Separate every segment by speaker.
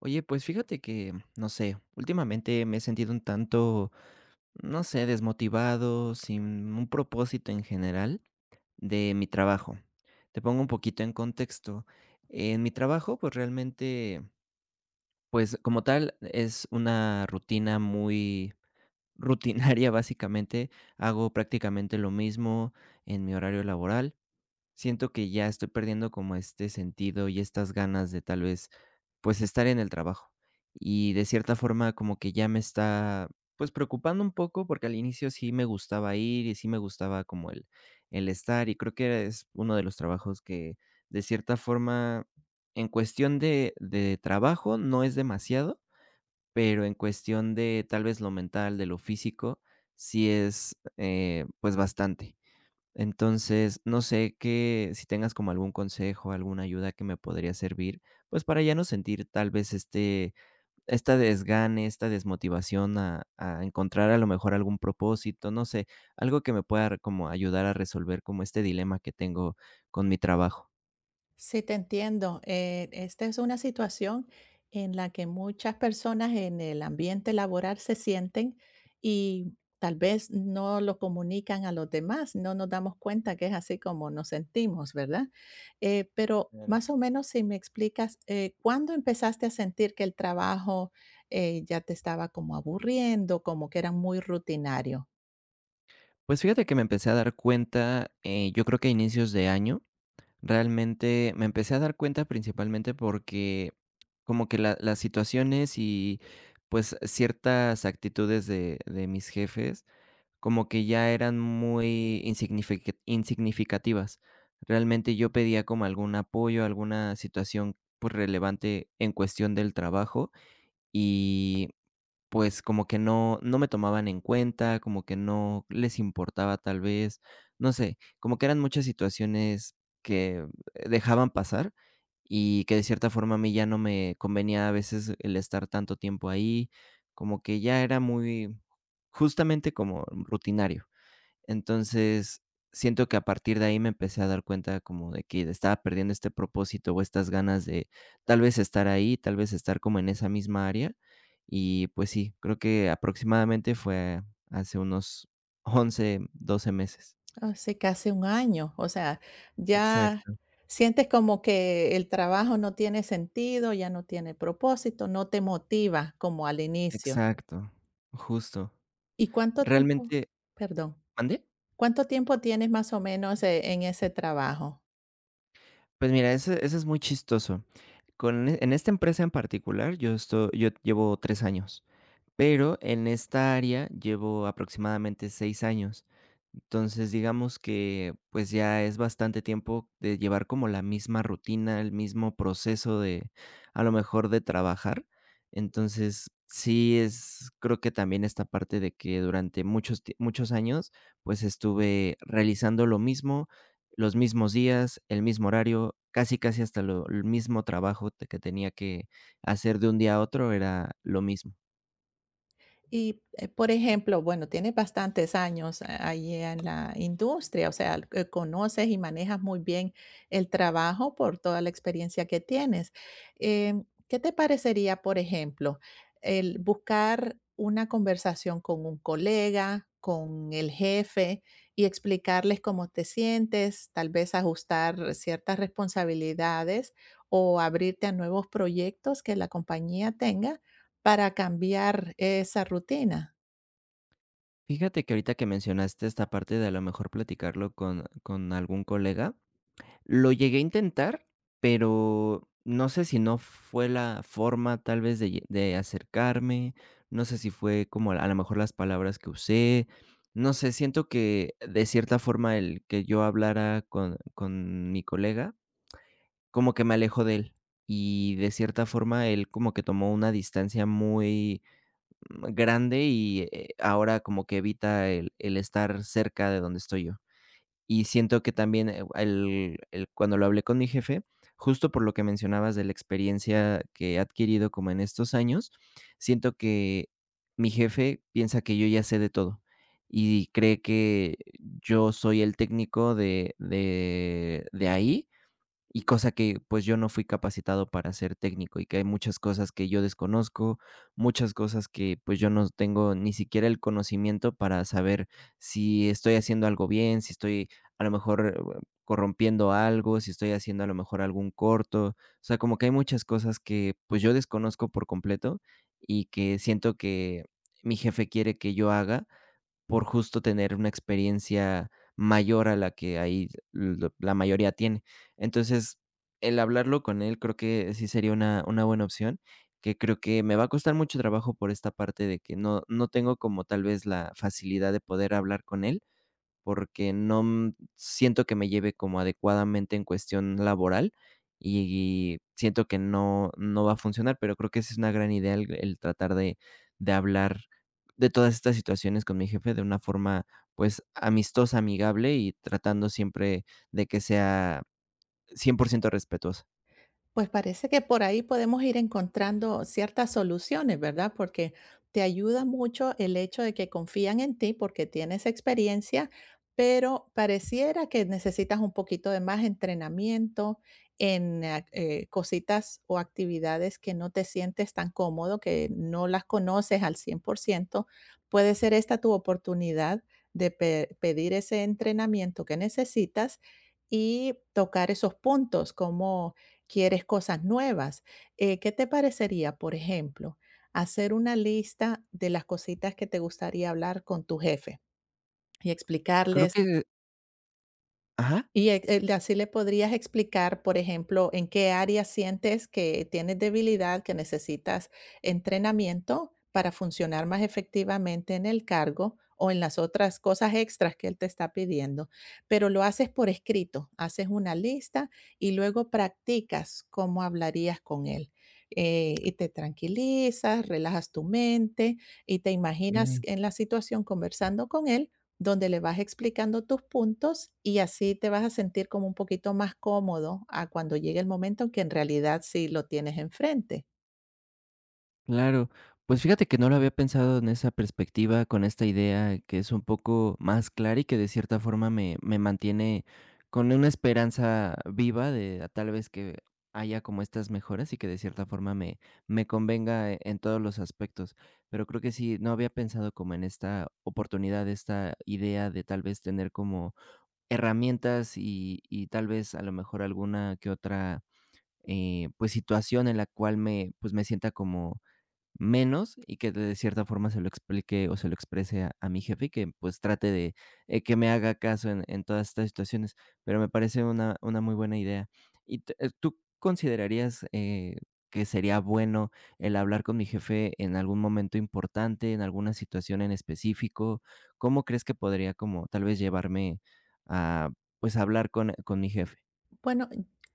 Speaker 1: Oye, pues fíjate que, no sé, últimamente me he sentido un tanto, no sé, desmotivado, sin un propósito en general de mi trabajo. Te pongo un poquito en contexto. En mi trabajo, pues realmente, pues como tal, es una rutina muy rutinaria, básicamente. Hago prácticamente lo mismo en mi horario laboral. Siento que ya estoy perdiendo como este sentido y estas ganas de tal vez, pues, estar en el trabajo. Y de cierta forma como que ya me está, pues, preocupando un poco, porque al inicio sí me gustaba ir y sí me gustaba como el estar, y creo que es uno de los trabajos que, de cierta forma, en cuestión de trabajo no es demasiado, pero en cuestión de tal vez lo mental, de lo físico, sí es, pues, bastante. Entonces, no sé qué si tengas como algún consejo, alguna ayuda que me podría servir, pues, para ya no sentir tal vez esta desgane, esta desmotivación a encontrar a lo mejor algún propósito, no sé, algo que me pueda como ayudar a resolver como este dilema que tengo con mi trabajo.
Speaker 2: Sí, te entiendo. Esta es una situación en la que muchas personas en el ambiente laboral se sienten y tal vez no lo comunican a los demás, no nos damos cuenta que es así como nos sentimos, ¿verdad? Pero
Speaker 1: Claro.
Speaker 2: más o menos si me explicas, ¿cuándo empezaste a sentir que el trabajo ya te estaba como aburriendo, como que era muy rutinario?
Speaker 1: Pues, fíjate que me empecé a dar cuenta, yo creo que a inicios de año. Realmente me empecé a dar cuenta principalmente porque como que la las situaciones y, pues, ciertas actitudes de mis jefes, como que ya eran muy insignificativas. Realmente yo pedía como algún apoyo, alguna situación, pues, relevante en cuestión del trabajo, y pues, como que no me tomaban en cuenta, como que no les importaba tal vez, no sé, como que eran muchas situaciones que dejaban pasar y que de cierta forma a mí ya no me convenía a veces el estar tanto tiempo ahí, como que ya era muy, justamente como rutinario. Entonces, siento que a partir de ahí me empecé a dar cuenta como de que estaba perdiendo este propósito o estas ganas de tal vez estar ahí, tal vez estar como en esa misma área. Y pues sí, creo que aproximadamente fue hace unos 11, 12 meses.
Speaker 2: Hace casi un año, o sea, ya
Speaker 1: Exacto,
Speaker 2: sientes como que el trabajo no tiene sentido, ya no tiene propósito, no te motiva como al inicio.
Speaker 1: exacto, justo.
Speaker 2: ¿Y cuánto tiempo,
Speaker 1: Realmente,
Speaker 2: perdón,
Speaker 1: ¿mande?
Speaker 2: cuánto tiempo tienes más o menos en ese trabajo?
Speaker 1: Pues mira, eso es muy chistoso. En esta empresa en particular, yo llevo 3 años. Pero en esta área llevo aproximadamente 6 años. Entonces, digamos que, pues, ya es bastante tiempo de llevar como la misma rutina, el mismo proceso de, a lo mejor, de trabajar. Entonces, sí es creo que también esta parte de que durante muchos años, pues, estuve realizando lo mismo, los mismos días, el mismo horario, casi, casi hasta lo el mismo trabajo te que tenía que hacer de un día a otro, era lo mismo.
Speaker 2: Y, por ejemplo, bueno, tienes bastantes años ahí en la industria, o sea, conoces y manejas muy bien el trabajo por toda la experiencia que tienes. ¿Qué te parecería, por ejemplo, el buscar una conversación con un colega, con el jefe y explicarles cómo te sientes, tal vez ajustar ciertas responsabilidades o abrirte a nuevos proyectos que la compañía tenga, para cambiar esa rutina?
Speaker 1: Fíjate que ahorita que mencionaste esta parte de a lo mejor platicarlo con algún colega, lo llegué a intentar, pero no sé si no fue la forma tal vez de acercarme, no sé si fue como a lo mejor las palabras que usé, no sé, siento que de cierta forma el que yo hablara con mi colega, como que me alejó de él, y de cierta forma él como que tomó una distancia muy grande y, ahora como que evita el estar cerca de donde estoy yo. Y siento que también, el cuando lo hablé con mi jefe, justo por lo que mencionabas de la experiencia que he adquirido como en estos años, siento que mi jefe piensa que yo ya sé de todo y cree que yo soy el técnico de ahí y cosa que, pues, yo no fui capacitado para ser técnico, y que hay muchas cosas que yo desconozco, muchas cosas que, pues, yo no tengo ni siquiera el conocimiento para saber si estoy haciendo algo bien, si estoy a lo mejor corrompiendo algo, si estoy haciendo a lo mejor algún corto. O sea, como que hay muchas cosas que, pues, yo desconozco por completo y que siento que mi jefe quiere que yo haga, por justo tener una experiencia mayor a la que ahí lo la mayoría tiene. Entonces, el hablarlo con él creo que sí sería una buena opción, que creo que me va a costar mucho trabajo por esta parte de que no tengo como tal vez la facilidad de poder hablar con él, porque no, siento que me lleve como adecuadamente en cuestión laboral y siento que no va a funcionar, pero creo que sí es una gran idea el tratar de hablar de todas estas situaciones con mi jefe de una forma, pues, amistosa, amigable y tratando siempre de que sea 100% respetuosa.
Speaker 2: Pues parece que por ahí podemos ir encontrando ciertas soluciones, ¿verdad? Porque te ayuda mucho el hecho de que confían en ti porque tienes experiencia, pero pareciera que necesitas un poquito de más entrenamiento en cositas o actividades que no te sientes tan cómodo, que no las conoces al 100%. Puede ser esta tu oportunidad de pedir ese entrenamiento que necesitas y tocar esos puntos como quieres cosas nuevas. ¿Qué te parecería, por ejemplo, hacer una lista de las cositas que te gustaría hablar con tu jefe y
Speaker 1: Creo
Speaker 2: explicarles
Speaker 1: que ajá.
Speaker 2: y, así le podrías explicar, por ejemplo, en qué área sientes que tienes debilidad, que necesitas entrenamiento para funcionar más efectivamente en el cargo o en las otras cosas extras que él te está pidiendo, pero lo haces por escrito, haces una lista y luego practicas cómo hablarías con él. Y te tranquilizas, relajas tu mente y te imaginas
Speaker 1: Ok.
Speaker 2: en la situación conversando con él donde le vas explicando tus puntos y así te vas a sentir como un poquito más cómodo a cuando llegue el momento en que en realidad sí lo tienes enfrente.
Speaker 1: Claro, pues fíjate que no lo había pensado en esa perspectiva, con esta idea que es un poco más clara y que de cierta forma me mantiene con una esperanza viva de a tal vez que haya como estas mejoras y que de cierta forma me convenga en todos los aspectos. Pero creo que sí, no había pensado como en esta oportunidad, esta idea de tal vez tener como herramientas y tal vez a lo mejor alguna que otra pues situación en la cual me pues me sienta como menos y que de cierta forma se lo explique o se lo exprese a mi jefe y que pues trate de que me haga caso en todas estas situaciones. Pero me parece una muy buena idea. ¿Y tú considerarías que sería bueno el hablar con mi jefe en algún momento importante, en alguna situación en específico? ¿Cómo crees que podría como tal vez llevarme a pues hablar con mi jefe?
Speaker 2: Bueno,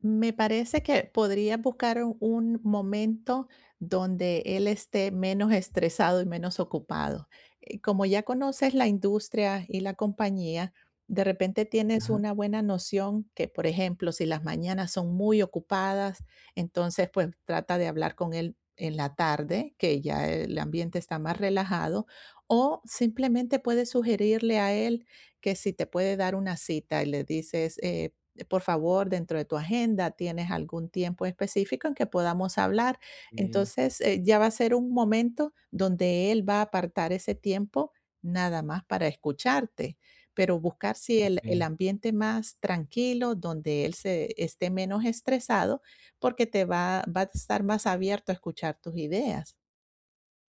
Speaker 2: me parece que podría buscar un momento donde él esté menos estresado y menos ocupado. Como ya conoces la industria y la compañía, de repente tienes
Speaker 1: Ajá.
Speaker 2: una buena noción que, por ejemplo, si las mañanas son muy ocupadas, entonces pues trata de hablar con él en la tarde, que ya el ambiente está más relajado, o simplemente puedes sugerirle a él que si te puede dar una cita y le dices, por favor, dentro de tu agenda tienes algún tiempo específico en que podamos hablar.
Speaker 1: Ok,
Speaker 2: Entonces, ya va a ser un momento donde él va a apartar ese tiempo nada más para escucharte, pero buscar si el
Speaker 1: ok.
Speaker 2: ambiente más tranquilo, donde él se esté menos estresado, porque va a estar más abierto a escuchar tus ideas.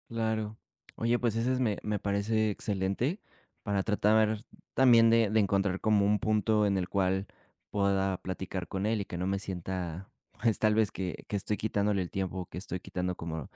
Speaker 1: Claro. Oye, pues ese es me parece excelente para tratar también de encontrar como un punto en el cual pueda platicar con él y que no me sienta, pues, tal vez que estoy quitándole el tiempo, que estoy quitando como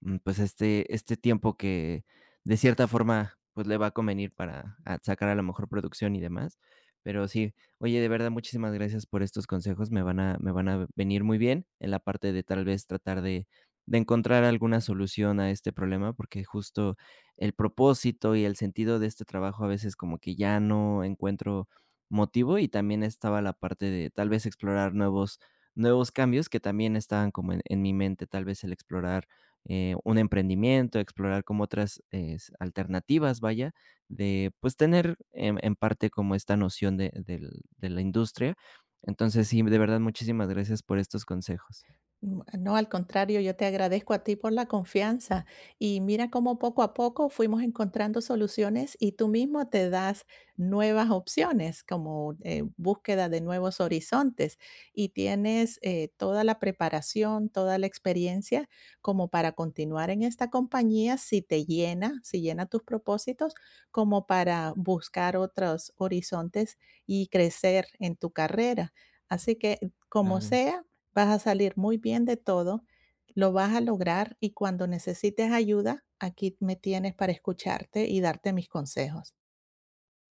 Speaker 1: pues, este tiempo que de cierta forma, pues, le va a convenir para a sacar a la mejor producción y demás. Pero sí, oye, de verdad, muchísimas gracias por estos consejos, me van a venir muy bien en la parte de, tal vez, tratar de encontrar alguna solución a este problema, porque justo el propósito y el sentido de este trabajo a veces como que ya no encuentro motivo, y también estaba la parte de, tal vez, explorar nuevos cambios que también estaban como en mi mente, tal vez, el explorar un emprendimiento, explorar como otras es alternativas, vaya, de pues tener en parte como esta noción de la industria. Entonces, sí, de verdad, muchísimas gracias por estos consejos.
Speaker 2: Mm, no, al contrario, yo te agradezco a ti por la confianza y mira cómo poco a poco fuimos encontrando soluciones y tú mismo te das nuevas opciones como búsqueda de nuevos horizontes y tienes toda la preparación, toda la experiencia como para continuar en esta compañía si te llena, si llena tus propósitos, como para buscar otros horizontes y crecer en tu carrera. Así que como
Speaker 1: Claro.
Speaker 2: sea, vas a salir muy bien de todo, lo vas a lograr y cuando necesites ayuda, aquí me tienes para escucharte y darte mis consejos.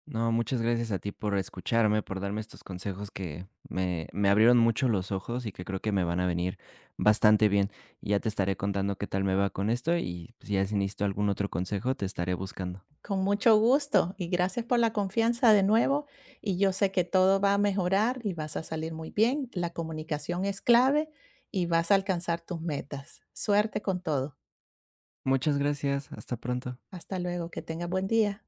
Speaker 1: No, muchas gracias a ti por escucharme, por darme estos consejos que me abrieron mucho los ojos y que creo que me van a venir bastante bien. Y ya te estaré contando qué tal me va con esto y, pues, ya si necesito algún otro consejo, te estaré buscando.
Speaker 2: Con mucho gusto y gracias por la confianza de nuevo y yo sé que todo va a mejorar y vas a salir muy bien. La comunicación es clave y vas a alcanzar tus metas. Suerte con todo.
Speaker 1: Muchas gracias, hasta pronto.
Speaker 2: Hasta luego, que tengas buen día.